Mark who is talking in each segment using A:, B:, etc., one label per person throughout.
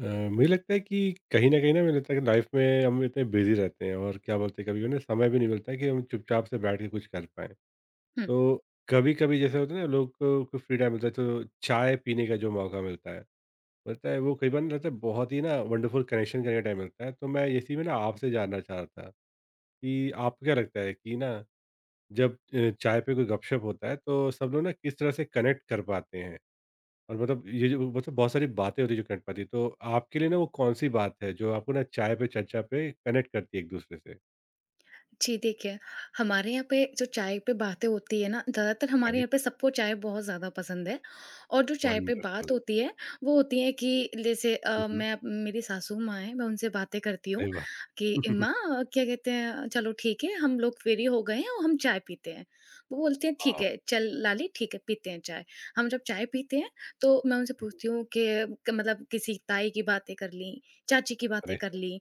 A: अ, मुझे लगता है कि कहीं न कहीं ना मुझे लगता है कि लाइफ़ में हम इतने बिज़ी रहते हैं और क्या बोलते हैं कभी-कभी ना समय भी नहीं मिलता है कि हम चुपचाप से बैठ के कुछ कर पाएँ।
B: हुँ।
A: तो कभी-कभी जैसे होता है ना लोग को फ्री टाइम मिलता है तो चाय पीने का जो मौका मिलता है, वो कई बार ना लगता है बहुत ही ना वंडरफुल कनेक्शन करने का टाइम मिलता है। तो मैं इसी में ना आपसे जानना चाह रहा था कि आपको क्या लगता है कि ना जब चाय पे कोई गपशप होता है तो सब लोग ना किस तरह से कनेक्ट कर पाते हैं? और मतलब ये जो मतलब बहुत सारी बातें होती है जो कनेक्ट पाती है। तो आपके लिए ना वो कौन-सी बात है जो आपको ना चाय पे चर्चा पे कनेक्ट करती है एक-दूसरे से?
B: जी, देखिए, हमारे यहाँ पे जो चाय पे बातें होती है ना, ज़्यादातर हमारे
A: राइट।
B: यहाँ पे सबको चाय बहुत ज़्यादा पसंद है और जो चाय पे बात
A: वंडरफुल।
B: होती है, वो होती है कि जैसे
A: हुँ, हुँ।
B: मैं मेरी सासू माँ हैं, मैं उनसे बातें करती हूँ
A: अरे वाह!
B: कि माँ क्या कहते हैं, चलो ठीक है, हम लोग फ्री हो गए हैं और हम चाय पीते हैं। वो बोलती हैं, "ठीक
A: वाव!
B: है, चल लाली ठीक है, पीते हैं चाय।" हम जब चाय पीते हैं, तो मैं उनसे
A: हुँ,
B: पूछती हूँ कि क मतलब किसी ताई की बातें कर लीं, चाची की बातें
A: अरे!
B: कर लीं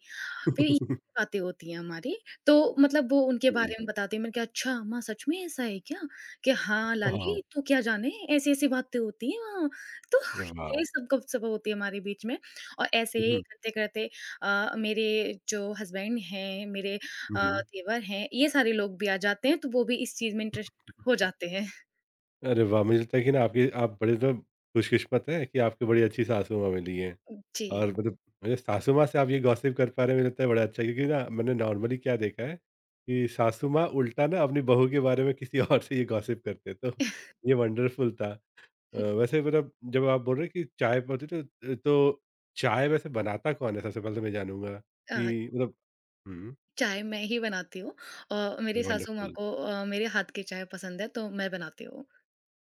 B: फिर ये बातें होती हैं हमारी, तो मतलब वो उनके
A: हुँ।
B: बारे में बताती हैं। मैंने कहा, "अच्छा अम्मा सच में ऐसा है क्या?" कि, "हाँ,
A: वाव!
B: लाली तू क्या जाने ऐसी-ऐसी बातें होती हैं वहाँ।" तो
A: अरे वाह!
B: ये सब गप-सप होती है हमारे बीच में और ऐसे
A: हुँ,
B: ही
A: हुँ।
B: करते-करते मेरे जो हस्बैंड हैं, मेरे
A: हुँ,
B: अ,
A: हुँ।
B: देवर हैं, ये सारे लोग भी आ जाते हैं, तो वो भी इस चीज़ में इंटरेस्ट हो जाते हैं।
A: अरे वाह! मुझे लगता है कि ना आपकी आप बड़े मतलब खुशकिस्मत हैं कि आपको बड़ी अच्छी सासू माँ मिली हैं।
B: जी।
A: और मतलब मुझे सासू माँ से आप ये गॉसिप कर पा रहे हैं मुझे लगता है बड़ा अच्छा है क्योंकि ना मैंने नॉर्मली क्या देखा है कि सासू माँ उल्टा ना अपनी बहू के बारे में किसी और से ये गॉसिप करते हैं, तो ये वंडरफुल था। वैसे मतलब जब आप बोल रहे हैं कि चाय पड़ती तो चाय वैसे बनाता कौन है सबसे पहले तो मैं जानूँगा?
B: अ,
A: कि मतलब हुँ।
B: चाय मैं ही बनाती हूँ और मेरी सासू माँ
A: वंडरफुल।
B: को मेरे हाथ की चाय पसंद है, तो मैं बनाती हूँ।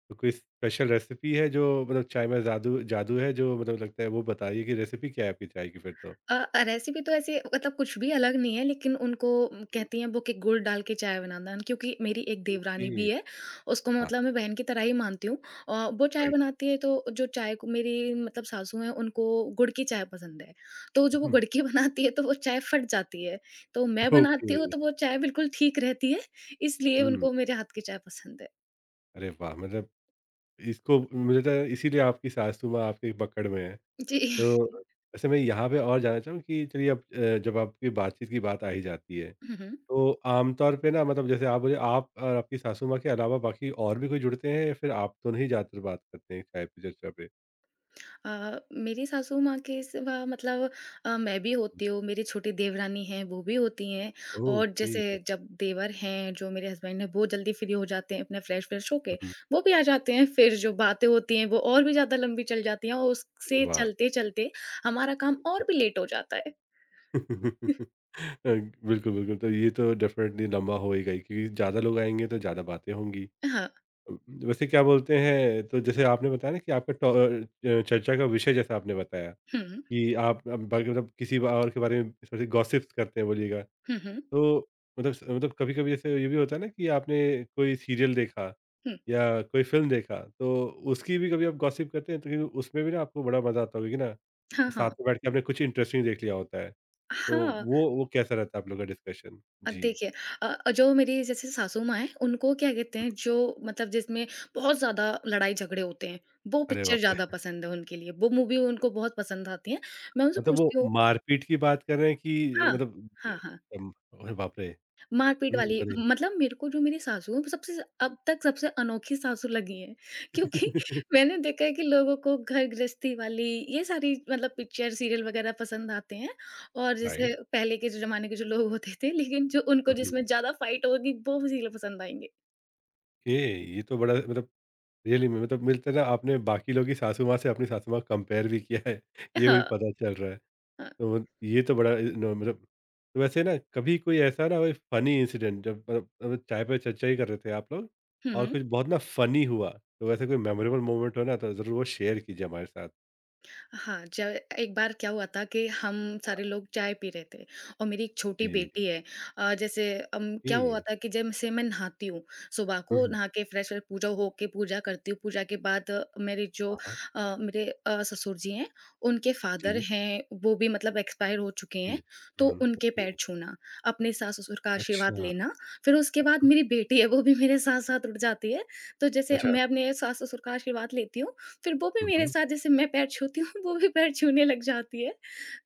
A: तो कोई स्पेशल रेसिपी है जो मतलब चाय में जादू जादू है जो मतलब लगता है वो बताइए कि रेसिपी क्या है आपकी चाय की फिर तो?
B: रेसिपी तो ऐसी मतलब कुछ भी अलग नहीं है, लेकिन उनको कहती हैं वो कि गुड़ डाल के चाय बनाना क्योंकि मेरी एक देवरानी
A: ओके।
B: भी है, उसको मैं
A: हाँ।
B: मतलब मैं बहन की तरह ही मानती हूँ। वो चाय
A: राइट।
B: बनाती है तो जो चाय को मेरी मतलब सासू हैं उनको गुड़ की चाय पसंद है, तो जो वो
A: हुँ,
B: गुड़ की बनाती है तो वो चाय फट जाती है, तो मैं
A: ओके।
B: बनाती हूँ तो वो चाय बिल्कुल ठीक रहती है, इसलिए
A: हुँ।
B: उनको मेरे हाथ की चाय पसंद है।
A: अरे वाह! मतलब इसको मुझे लगता है इसीलिए आपकी सासू माँ आपकी पकड़ में है।
B: जी।
A: तो वैसे मैं यहाँ पे और जानना चाहूँ कि चलिए अब जब आपकी बातचीत की बात आ ही जाती है,
B: हुँ, हुँ।
A: तो आमतौर पे ना मतलब जैसे आप बोले आप और आपकी सासू माँ के अलावा बाकी और भी कोई जुड़ते हैं या फिर आप दोनों ही ज़्यादातर बात करते हैं चाय पे चर्चा पे?
B: अ, मेरी सासू माँ के सिवा मतलब मैं भी होती हूँ, मेरी छोटी देवरानी हैं, वो भी होती हैं और
A: ओके।
B: जैसे जब देवर हैं, जो मेरे हस्बैंड हैं, वो जल्दी फ्री हो जाते हैं अपने फ्रेश-व्रेश होके,
A: हुँ।
B: वो भी आ जाते हैं। फिर जो बातें होती हैं, वो और भी ज़्यादा लंबी चल जाती हैं और
A: अरे
B: उससे
A: वाह!
B: चलते-चलते हमारा काम और भी लेट हो जाता है।
A: अ, बिल्कुल, बिल्कुल। तो ये तो डेफ़िनेटली लंबा हो ही गई क्योंकि ज़्यादा लोग आएँगे तो ज़्यादा बातें होंगी।
B: हाँ।
A: वैसे क्या बोलते हैं तो जैसे आपने बताया ना कि आपका चर्चा का विषय जैसा आपने बताया
B: हुँ, हुँ,
A: कि आप अब बाकी मतलब किसी और के बारे में थोड़ी गॉसिप्स करते हैं बोलिएगा।
B: हुँ, हुँ,
A: तो मतलब स मतलब कभी-कभी जैसे ये भी होता है ना कि आपने कोई सीरियल देखा
B: हुँ।
A: या कोई फ़िल्म देखा तो उसकी भी कभी आप गॉसिप करते हैं तो क्योंकि उसमें भी ना आपको बड़ा मज़ा आता होगा कि ना,
B: हाँ,
A: साथ
B: हाँ।
A: में बैठ के आपने कुछ इंटरेस्टिंग देख लिया होता है। तो
B: हाँ।
A: वो कैसा रहता है आप लोग का डिस्कशन? जी।
B: देखिए जो मेरी जैसे सासू माँ हैं, उनको क्या कहते हैं जो मतलब जिसमें बहुत ज़्यादा लड़ाई झगड़े होते हैं, वो
A: अरे
B: पिक्चर
A: बाप
B: ज़्यादा
A: रे!
B: पसंद है उनके लिए, वो मूवी उनको बहुत पसंद आती है। मैं उनसे
A: मतलब वो
B: पूछती हूँ
A: मारपीट की बात कर रहे हैं कि
B: हाँ,
A: मतलब
B: हाँ, हाँ।
A: अम, अरे बाप रे!
B: मारपीट
A: हुँ,
B: वाली
A: अरे!
B: मतलब मेरे को जो मेरी सासू हैं, वो सबसे अब तक सबसे अनोखी सासू लगी हैं क्योंकि मैंने देखा है कि लोगों को घर गृहस्थी वाली ये सारी मतलब पिक्चर सीरियल वगैरह पसंद आते हैं और
A: राइट।
B: जैसे पहले के जो जमाने के जो लोग होते थे लेकिन जो उनको
A: हुँ,
B: जिसमें ज्यादा फाइट होगी वो सीरियल पसंद आएंगे
A: ओके। ये तो बड़ा मतलब रियली में मतलब मिलता है ना आपने बाकी लोगों की सासू माँ से अपनी सासू माँ कंपेयर भी किया है, ये भी
B: हाँ
A: पता चल रहा है।
B: हाँ
A: तो ये तो बड़ा इ नो मतलब तो वैसे ना कभी कोई ऐसा ना कोई फ़नी इंसिडेंट जब मतलब मतलब चाय पे चर्चा ही कर रहे थे आप लोग
B: हम्म
A: और
B: हम्म।
A: कुछ बहुत ना फ़नी हुआ, तो वैसे कोई मेमोरेबल मोमेंट हो ना तो ज़रूर वो शेयर कीजिए हमारे साथ?
B: हाँ, ज एक बार क्या हुआ था कि हम सारे लोग चाय पी रहे थे और मेरी एक छोटी
A: जी,
B: बेटी है जैसे
A: ओके।
B: क्या हुआ था कि जैसे मैं नहाती हूँ, सुबह
A: हुँ,
B: को
A: हुँ।
B: नहा के फ्रेश व्रेश पूजा हो के पूजा करती हूँ, पूजा के बाद मेरे जो
A: हाँ, हाँ।
B: मेरे ससुर जी हैं, उनके फादर
A: जी।
B: हैं, वो भी मतलब एक्सपायर हो चुके
A: जी।
B: हैं,
A: हुँ,
B: तो
A: हुँ।
B: उनके
A: ओके।
B: पैर छूना, अपने सास-ससुर का आशीर्वाद
A: अच्छा।
B: लेना, फिर उसके बाद
A: हुँ,
B: मेरी बेटी है, वो भी मेरे साथ-साथ उठ जाती है, तो जैसे
A: अच्छा।
B: मैं अपने सास-ससुर का आशीर्वाद लेती हूँ, फिर वो भी
A: हुँ,
B: मेरे
A: हुँ।
B: साथ जैसे मैं पैर छूती हूँ वो भी पैर छूने लग जाती है।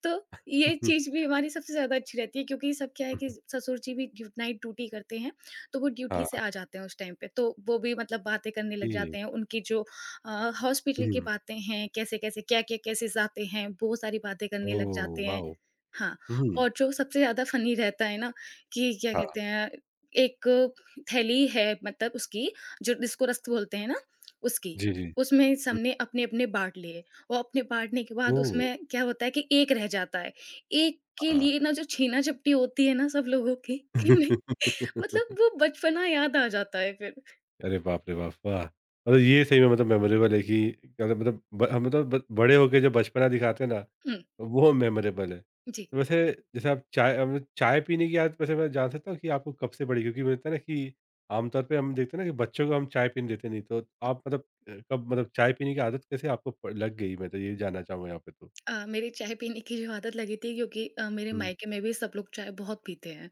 B: तो ये चीज़ भी हमारी सबसे ज़्यादा अच्छी रहती है क्योंकि सब क्या है कि ससुर जी भी ड्यू नाइट ड्यूटी करते हैं, तो वो ड्यूटी
A: हाँ,
B: से आ जाते हैं उस टाइम पे। तो वो भी मतलब बातें करने लग
A: ये।
B: जाते हैं, उनकी जो हॉस्पिटल की
A: हुँ।
B: बातें हैं, कैसे-कैसे, क्या-क्या केसेज़ आते हैं, वो सारी बातें करने लग
A: ओह,
B: जाते हैं।
A: वाओ!
B: हाँ,
A: हुँ।
B: और जो सबसे ज़्यादा फ़नी रहता है ना कि क्या कहते
A: हाँ।
B: हैं, एक थैली है मतलब उसकी जो जिसको रस्क बोलते हैं ना, उसकी।
A: जी, जी।
B: उसमें
A: हुँ।
B: सबने अपने-अपने बाँट लिए और अपने बाँटने के बाद
A: ओह!
B: उसमें क्या होता है कि एक रह जाता है। एक के
A: हाँ।
B: लिए ना जो छीना-झपटी होती है ना सब लोगों की कि नहीं मतलब वो बचपना याद आ जाता है फिर।
A: अरे बाप रे बाप! वाह! मतलब ये सही में मतलब मेमोरेबल है कि अगर मतलब ब हम मतलब ब बड़े होके जो बचपना दिखाते हैं ना,
B: हुँ,
A: तो वो मेमोरेबल है।
B: जी।
A: तो वैसे जैसे आप चाय मतलब चाय पीने की आदत वैसे मैं जान सकता हूँ कि आपको कब से पड़ी? क्योंकि होता है ना कि आमतौर पे हम देखते हैं ना कि बच्चों को हम चाय पीने देते नहीं। तो आप मतलब कब मतलब चाय पीने की आदत कैसे आपको प लग गई? मैं तो ये जानना चाहूँगा यहाँ पे तो?
B: मेरी चाय पीने की जो आदत लगी थी क्योंकि मेरे
A: हुँ।
B: मायके में भी सब लोग चाय बहुत पीते हैं।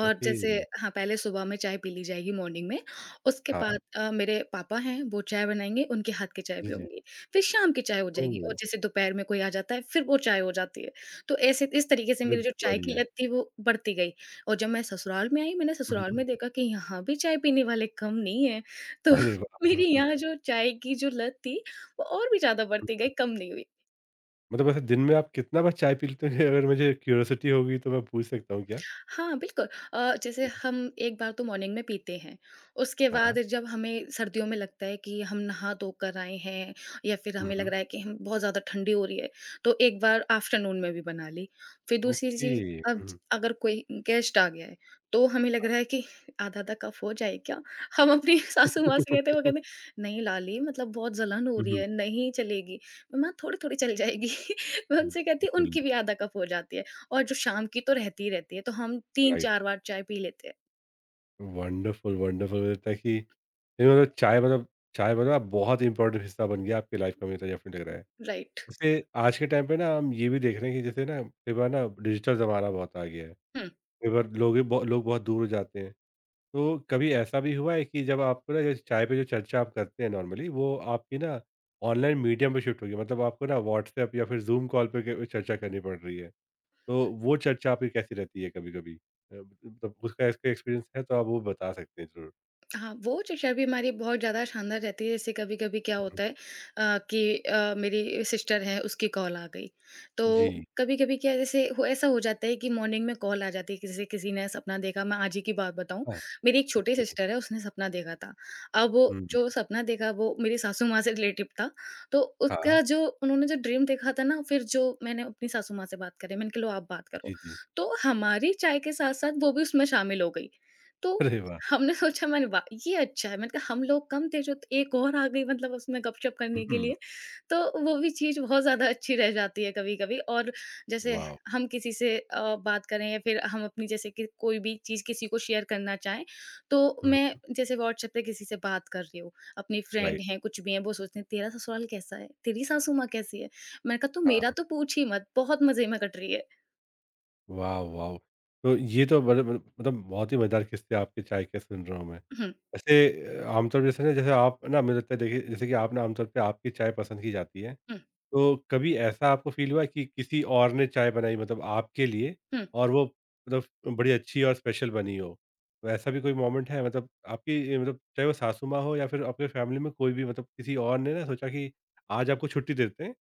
B: और
A: ओके।
B: जैसे हाँ, पहले सुबह में चाय पी ली जाएगी मॉर्निंग में, उसके
A: हाँ।
B: बाद मेरे पापा हैं वो चाय बनाएँगे, उनके हाथ की चाय
A: जी, जी।
B: पीऊँगी, फिर शाम की चाय हो जाएगी
A: ओह!
B: और जैसे दोपहर में कोई आ जाता है फिर वो चाय हो जाती है। तो ऐसे इस तरीके से
A: अरे
B: मेरी जो चाय की
A: बढ़िया।
B: लत थी वो बढ़ती गई और जब मैं ससुराल में आई मैंने
A: हुँ,
B: ससुराल
A: हुँ।
B: में देखा कि यहाँ भी चाय पीने वाले कम नहीं हैं, तो
A: अरे वाह!
B: मेरी
A: हम्म।
B: यहाँ जो चाय की जो लत थी वो और भी ज़्यादा बढ़ती गई, कम नहीं हुई।
A: मतलब वैसे दिन में आप कितना बार चाय पीते हैं? अगर मुझे क्यूरियोसिटी होगी तो मैं पूछ सकता हूँ क्या?
B: हाँ, बिल्कुल। जैसे हम एक बार तो मॉर्निंग में पीते हैं, उसके
A: हाँ।
B: बाद जब हमें सर्दियों में लगता है कि हम नहा-धो कर आए हैं या फिर
A: हुँ,
B: हमें लग
A: हुँ।
B: रहा है कि हम बहुत ज़्यादा ठंडी हो रही है, तो एक बार आफ्टरनून में भी बना ली। फिर दूसरी
A: ओके।
B: चीज़
A: हुँ,
B: अब
A: हुँ।
B: अगर कोई गेस्ट आ गया है, तो हमें लग रहा है कि आधा-आधा कप हो जाए क्या? हम अपनी सासू
A: हुँ,
B: माँ से कहते हैं, वो
A: हुँ।
B: कहते हैं, "नहीं लाली मतलब बहुत जलन हो रही है, नहीं चलेगी।" "मम्मा थोड़ी-थोड़ी चल जाएगी।" मैं उनसे कहती हूँ,
A: बिल्कुल।
B: उनकी भी आधा कप हो जाती है। और जो शाम की तो रहती ही रहती है, तो हम
A: राइट।
B: 3-4 बार चाय पी लेते हैं।
A: वंडरफुल, वंडरफुल मुझे लगता है कि नहीं मतलब चाय मतलब चाय मतलब आप बहुत इम्पोर्टेंट हिस्सा बन गया आपकी लाइफ़ का मुझे डेफ़िनेटली लग रहा है।
B: राइट।
A: वैसे आज के टाइम पे ना हम ये भी देख रहे हैं कि जैसे ना कई बार ना डिजिटल ज़माना बहुत आ गया है।
B: हुँ।
A: कई बार लोग भी बहु लोग बहुत दूर हो जाते हैं। तो कभी ऐसा भी हुआ है कि जब आपको ना जो चाय पे जो चर्चा आप करते हैं नॉर्मली वो आपकी ना ऑनलाइन मीडियम पे शिफ्ट हो गई मतलब आपको ना व्हाट्सएप या फिर जूम कॉल पे चर्चा करनी पड़ रही है तो वो चर्चा आपकी कैसी रहती है कभी कभी मतलब उसका इसका एक्सपीरियंस है तो आप वो बता सकते हैं जरूर।
B: हाँ, वो शिक्षा भी हमारी बहुत ज़्यादा शानदार रहती है, जैसे कभी-कभी क्या
A: हम्म।
B: होता है कि मेरी सिस्टर है, उसकी कॉल आ गई। तो
A: जी।
B: कभी-कभी क्या है, जैसे हो ऐसा हो जाता है कि मॉर्निंग में कॉल आ जाती है, किसी किसी ने सपना देखा, मैं आज ही की बात बताऊँ,
A: हाँ।
B: मेरी एक छोटी
A: ओके।
B: सिस्टर है, उसने सपना देखा था। अब वो
A: हम्म,
B: जो सपना देखा, वो मेरी सासू माँ से रिलेटिव था, तो
A: हाँ।
B: उसका जो उन्होंने जो ड्रीम देखा था ना, फिर जो मैंने अपनी सासू माँ से बात करी, मैंने कहा, "लो, आप बात करो।"
A: जी, जी।
B: तो हमारी चाय के साथ-साथ वो भी उसमें शामिल हो गई। तो
A: अरे वाह!
B: हमने सोचा मैंने वाह! ये अच्छा है। मैंने कहा हम लोग कम थे जो तो एक और आ गई मतलब उसमें गपशप करने के
A: हम्म।
B: लिए, तो वो भी चीज़ बहुत ज़्यादा अच्छी रह जाती है कभी-कभी और जैसे
A: वाह!
B: हम किसी से बात करें या फिर हम अपनी जैसे कि कोई भी चीज़ किसी को शेयर करना चाहें, तो
A: हम्म।
B: मैं जैसे व्हाट्सएप पे किसी से बात कर रही हूँ, अपनी फ्रेंड
A: राइट।
B: हैं, कुछ भी हैं, वो सोचते हैं तेरा ससुराल कैसा है? तेरी सासू माँ कैसी है? मैंने कहा तू मेरा तो पूछ ही मत, बहुत मज़े में कट रही है।
A: वाह! वाओ! तो ये तो बड़े मतलब मतलब बहुत ही मज़ेदार किस्से आपके चाय के सुन रहा हूँ मैं।
B: हुँ,
A: वैसे आमतौर पे जैसे ना जैसे आप ना मुझे लगता है देखिए जैसे कि आप ना आमतौर पे आपकी चाय पसंद की जाती है,
B: हुँ,
A: तो कभी ऐसा आपको फ़ील हुआ है कि किसी और ने चाय बनाई मतलब आपके लिए
B: हुँ।
A: और वो मतलब बड़ी अच्छी और स्पेशल बनी हो? तो ऐसा भी कोई मोमेंट है मतलब आपकी मतलब चाहे वो सासू माँ हो या फिर आपके फैमिली में कोई भी मतलब किसी और ने ना सोचा कि आज आपको छुट्टी देते हैं,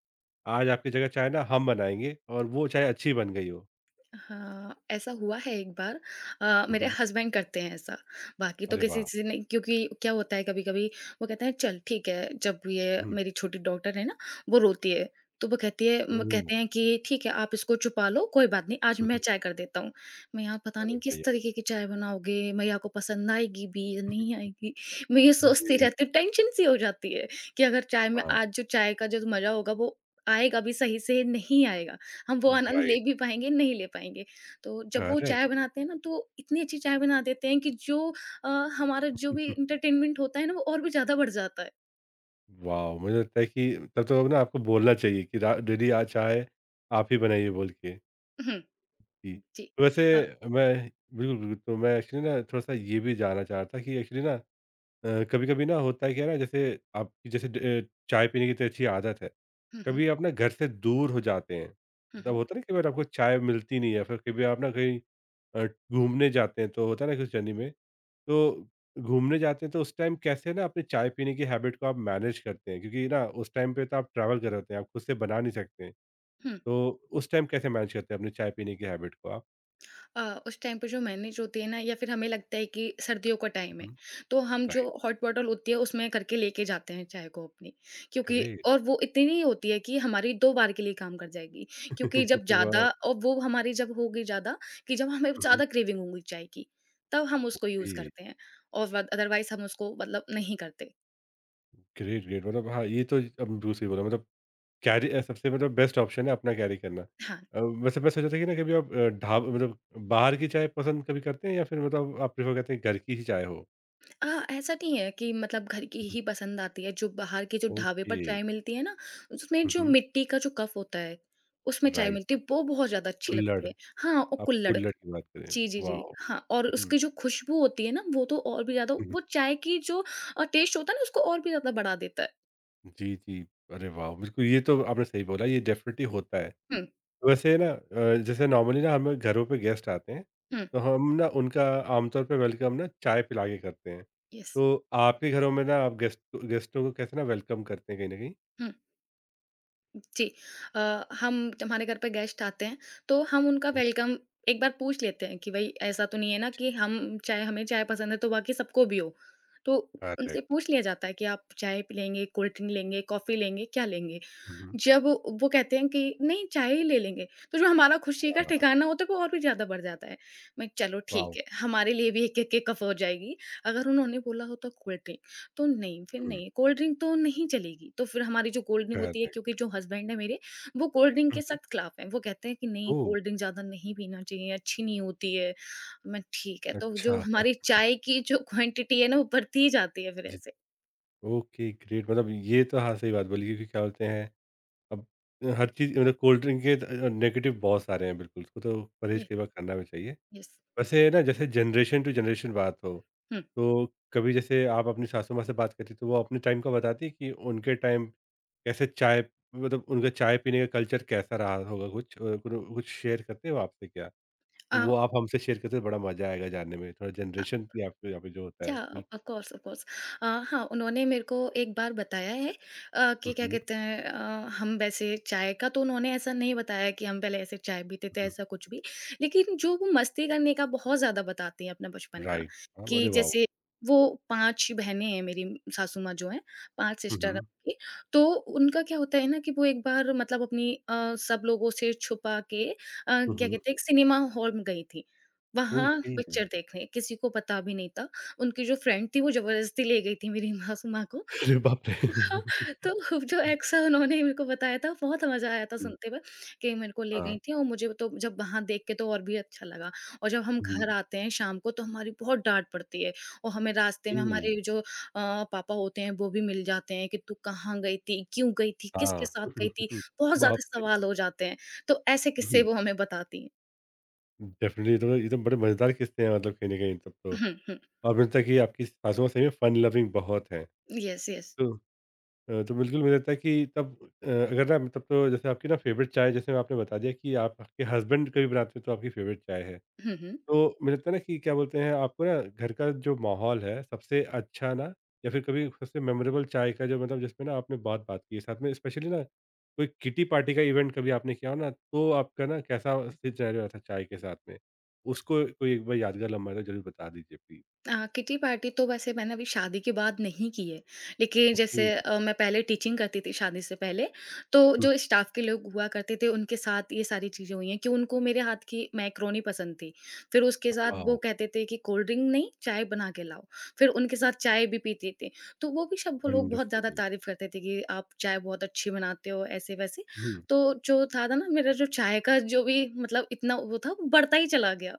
A: आज आपकी जगह चाय ना हम बनाएँगे और वो चाय अच्छी बन गई हो?
B: हाँ, ऐसा हुआ है एक बार मेरे हस्बैंड करते हैं ऐसा, बाकी तो
A: अरे
B: किसी
A: वाह!
B: से नहीं क्योंकि क्या होता है कभी-कभी वो कहते हैं चल ठीक है, जब ये
A: हुँ,
B: मेरी छोटी डॉटर है ना, वो रोती है, तो वो कहती है म
A: ओह!
B: कहते हैं कि ठीक है आप इसको छुपा लो, कोई बात नहीं आज
A: हुँ,
B: मैं
A: हुँ।
B: चाय कर देता हूँ। मैं यहाँ पता
A: अरे
B: नहीं किस
A: बढ़िया।
B: तरीके की चाय बनाओगे, मैया को पसंद आएगी भी या नहीं आएगी? मैं ये सोचती
A: जी,
B: रहती हूँ, टेंशन सी हो जाती है कि अगर चाय में
A: हाँ,
B: आज जो चाय का जो मज़ा होगा वो आएगा भी सही से, नहीं आएगा। हम वो आनंद
A: राइट,
B: ले भी पाएँगे, नहीं ले पाएँगे। तो जब वो
A: करेक्ट।
B: चाय बनाते हैं ना, तो इतनी अच्छी चाय बना देते हैं कि जो अ, हमारा जो भी एंटरटेनमेंट होता है ना, वो और भी ज़्यादा बढ़ जाता है।
A: वॉव! मुझे लगता है कि तब तो ना आपको बोलना चाहिए कि रा डेली आ चाय आप ही बनाइए बोल के।
B: हुँ,
A: जी।
B: जी।
A: वैसे
B: अ,
A: मैं बिल्कुल, बिल्कुल, तो मैं एक्चुअली ना थोड़ा-सा ये भी जानना चाह रहा था कि एक्चुअली ना कभी कभी ना होता है क्या ना जैसे आपकी जैसे ड- अ, चाय पीने की तो अच्छी आदत है
B: हुँ, हुँ।
A: कभी आप ना घर से दूर हो जाते हैं
B: हुँ,
A: तब
B: हुँ।
A: होता है ना कई बार आपको चाय मिलती नहीं है फिर कभी आप ना कहीं घूमने जाते हैं तो होता है ना कुछ जर्नी में तो घूमने जाते हैं तो उस टाइम कैसे ना अपने चाय पीने की हैबिट को आप मैनेज करते हैं क्योंकि ना उस टाइम पे तो आप ट्रैवल कर रहे होते हैं आप खुद से बना नहीं सकते हैं।
B: हुँ।
A: तो उस टाइम कैसे मैनेज करते हैं अपने चाय पीने की हैबिट को आप।
B: उस टाइम पे जो मैनेज होती है ना या फिर हमें लगता है कि सर्दियों का टाइम है तो हम जो
A: राइट।
B: हॉट बॉटल होती है उसमें करके लेके जाते हैं चाय को अपनी क्योंकि
A: ग्रेट।
B: और वो इतनी ही होती है कि हमारी दो बार के लिए काम कर जाएगी क्योंकि जब
A: वाह।
B: ज़्यादा और वो हमारी जब होगी ज़्यादा कि जब हमें ज़्यादा क्रेविंग होगी चाय की तब हम उसको यूज़ करते हैं और अदरवाइज हम उसको मतलब नहीं करते
A: ग्रेट, ग्रेट मतलब हाँ, ये तो अब बिल्कुल सही बोला मतलब सबसे मतलब बेस्ट ऑप्शन है अपना कैरी करना।
B: हाँ
A: वैसे मैं सोचा था कि ना कभी आप अ, ढाब मतलब बाहर की चाय पसंद कभी करते हैं या फिर मतलब आप प्रेफ़र करते हैं घर की ही चाय हो?
B: हाँ, ऐसा नहीं है कि मतलब घर की
A: हुँ,
B: ही पसंद आती है, जो बाहर के जो
A: हुँ,
B: ढाबे पर
A: ओके।
B: चाय मिलती है ना, उसमें
A: हुँ,
B: जो
A: हुँ,
B: मिट्टी का जो कप होता है, उसमें चाय
A: राइट।
B: मिलती है, वो बहुत ज़्यादा अच्छी
A: कुल्हड़,
B: लगती है। हाँ, और
A: आप
B: कुल्हड़
A: कुल्हड़ की बात करें,
B: जी, जी, जी।
A: वॉव!
B: हाँ, और
A: हुँ,
B: उसकी जो खुशबू होती है ना, वो तो और भी ज़्यादा
A: हुँ, हुँ।
B: वो चाय की जो टेस्ट होता है ना, उसको और भी ज़्यादा बढ़ा देता है।
A: जी, जी। अरे वाह! बिल्कुल ये तो आपने सही बोला ये डेफ़िनेटली होता है।
B: हुँ,
A: वैसे ना जैसे नॉर्मली ना हमें घरों पे गेस्ट आते हैं,
B: हुँ,
A: तो हम ना उनका आमतौर पे वेलकम ना चाय पिला के करते हैं।
B: यस।
A: तो आपके घरों में ना आप गेस्टों को कैसे ना वेलकम करते हैं कहीं न कहीं?
B: हुँ। जी। अ, हम हमारे घर पे गेस्ट आते हैं, तो हम उनका
A: हुँ,
B: वेलकम एक बार पूछ लेते हैं कि भई ऐसा तो नहीं है ना कि हम चाय हमें चाय पसंद है तो बाकी सबको भी हो। तो उनसे
A: करेक्ट।
B: पूछ लिया जाता है कि आप चाय पी लेंगे, कोल्ड ड्रिंक लेंगे, कॉफ़ी लेंगे, क्या लेंगे?
A: हुँ।
B: जब वो कहते हैं कि नहीं चाय ही ले लेंगे, तो जो हमारा खुशी का
A: हाँ,
B: ठिकाना होता है वो और भी ज़्यादा बढ़ जाता है। मैं चलो ठीक
A: वाव!
B: है, हमारे लिए भी 1-1 के कप हो जाएगी। अगर उन्होंने बोला होता कोल्ड ड्रिंक, तो नहीं फिर
A: हुँ,
B: नहीं, कोल्ड ड्रिंक तो नहीं चलेगी। तो फिर हमारी जो कोल्ड ड्रिंक होती है
A: करेक्ट।
B: क्योंकि जो हस्बैंड है मेरे, वो कोल्ड ड्रिंक
A: हुँ,
B: के
A: हुँ।
B: सख्त खिलाफ हैं। वो कहते हैं कि नहीं
A: ओह!
B: कोल्ड ड्रिंक ज़्यादा नहीं पीना चाहिए, अच्छी नहीं होती है। मैं ठीक है, तो
A: अच्छा।
B: जो हमारी चाय की जो क्वांटिटी है ना वो बढ़ती ही जाती है फिर
A: जी,
B: ऐसे।
A: ओके ग्रेट मतलब ये तो हाँ, सही बात बोली क्योंकि क्या बोलते हैं अब हर चीज़ मतलब कोल्ड ड्रिंक के नेगेटिव बहुत सारे हैं बिल्कुल, उसको तो परहेज़
B: ये
A: कई बार करना भी चाहिए।
B: यस।
A: वैसे ना जैसे जनरेशन टू जनरेशन बात हो,
B: हुँ।
A: तो कभी जैसे आप अपनी सासू माँ से बात करती तो वो अपने टाइम का बताती है कि उनके टाइम कैसे चाय मतलब उनका चाय पीने का कल्चर कैसा रहा होगा कुछ अ, कुनु कुछ शेयर करते हो आपसे क्या? तो
B: अ
A: वो आप हमसे शेयर करते तो बड़ा मज़ा आएगा जानने में, थोड़ा जनरेशन गैप जो यहाँ पे जो होता है।
B: या
A: बिल्कुल।
B: ऑफ कोर्स हाँ उन्होंने मेरे को एक बार बताया है
A: हुँ,
B: कि क्या
A: हुँ,
B: कहते हैं हम वैसे चाय का तो उन्होंने ऐसा नहीं बताया कि हम पहले ऐसे चाय पीते थे
A: हुँ।
B: ऐसा कुछ भी लेकिन जो वो मस्ती करने का बहुत ज़्यादा बताती हैं अपना बचपन का
A: राइट। हाँ,
B: कि
A: अरे वाह!
B: जैसे वो 5 बहनें हैं मेरी सासू माँ जो हैं 5
A: हुँ,
B: सिस्टर हैं
A: हुँ।
B: उनकी तो उनका क्या होता है ना कि वो एक बार मतलब अपनी सब लोगों से छुपा के
A: हुँ,
B: क्या
A: हुँ।
B: कहते हैं एक सिनेमा हॉल में गई थी वहां
A: ओके।
B: पिक्चर देखने किसी को पता भी नहीं था उनकी जो फ्रेंड थी वो ज़बरदस्ती ले गई थी मेरी मासूमा को।
A: अरे बाप रे!
B: तो जो
A: हुँ,
B: एक्स है उन्होंने ही मेरे को बताया था, बहुत मज़ा आया था
A: हुँ।
B: सुनते हुए कि मेरे को ले
A: हाँ।
B: गई थी और मुझे तो जब वहाँ देख के तो और भी अच्छा लगा। और जब हम
A: हुँ,
B: घर आते हैं शाम को तो हमारी बहुत डाँट पड़ती है और हमें रास्ते में
A: ए
B: हमारे जो पापा होते हैं वो भी मिल जाते हैं कि तू कहाँ गई थी? क्यों गई थी?
A: हाँ।
B: किसके साथ गई थी?
A: हम्म,
B: बहुत
A: बाप
B: ज़्यादा सवाल हो जाते हैं। तो ऐसे किस्से
A: रे!
B: वो हमें बताती हैं।
A: डेफ़िनिटली ये तो बड़े मज़ेदार किस्से हैं मतलब कहीं न कहीं तब तो।
B: हुँ, हुँ।
A: और मुझे लगता है कि आपकी सासु माँ सही में फ़न लविंग बहुत हैं।
B: Yes, yes.
A: तो तो बिल्कुल मुझे लगता है कि तब अगर ना तब तो जैसे आपकी ना फ़ेवरेट चाय जैसे आपने बता दिया कि आप आपके हस्बैंड कभी बनाते हैं तो आपकी फ़ेवरेट चाय है।
B: हुँ, हुँ।
A: तो मुझे लगता है ना कि क्या बोलते हैं आपको ना घर का जो माहौल है सबसे अच्छा ना या फिर कभी सबसे मेमोरेबल चाय का जो मतलब जिसमें ना आपने बहुत बात की है साथ में स्पेशली ना कोई किटी पार्टी का इवेंट कभी आपने किया हो ना तो आपका ना कैसा सिनेरियो था चाय के साथ में उसको कोई एक बार यादगार लम्हा है तो जरूर बता दीजिए प्लीज।
B: किटी पार्टी तो वैसे मैंने अभी शादी के बाद नहीं की है। लेकिन
A: ओके।
B: जैसे मैं पहले टीचिंग करती थी शादी से पहले, तो जो स्टाफ के लोग हुआ करते थे उनके साथ ये सारी चीज़ें हुई हैं कि उनको मेरे हाथ की मैक्रोनी पसंद थी। फिर उसके साथ
A: वाह।
B: वो कहते थे कि कोल्ड ड्रिंक नहीं, चाय बना के लाओ। फिर उनके साथ चाय भी पीते थे। तो वो भी सब वो लोग बहुत ज़्यादा
A: वंडरफुल।
B: तारीफ़ करते थे कि आप चाय बहुत अच्छी बनाते हो, ऐसे-वैसे। तो जो था ना मेरा जो चाय का जो भी मतलब इतना वो था वो बढ़ता ही चला गया।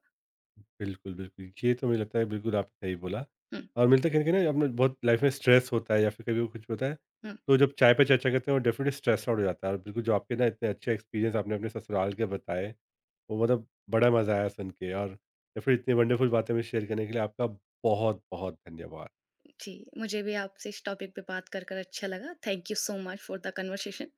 A: बिल्कुल, बिल्कुल। ये तो मुझे लगता है बिल्कुल आपने सही बोला
B: हुँ,
A: और मिलता है कहीं न कहीं ना अपना बहुत लाइफ़ में स्ट्रेस होता है या फिर कभी कुछ होता है,
B: हुँ।
A: तो जब चाय पे चर्चा करते हैं वो डेफ़िनेटली स्ट्रेस्ड आउट हो जाता है और बिल्कुल जो आपके ना इतने अच्छे एक्सपीरियंस आपने अपने ससुराल के बताए, वो मतलब बड़ा मज़ा आया सुन के और या फिर इतनी वंडरफुल बातें हमें शेयर करने के लिए आपका बहुत-बहुत धन्यवाद।
B: जी, मुझे भी आपसे इस टॉपिक पे बात कर कर अच्छा लगा। Thank you so much for the conversation.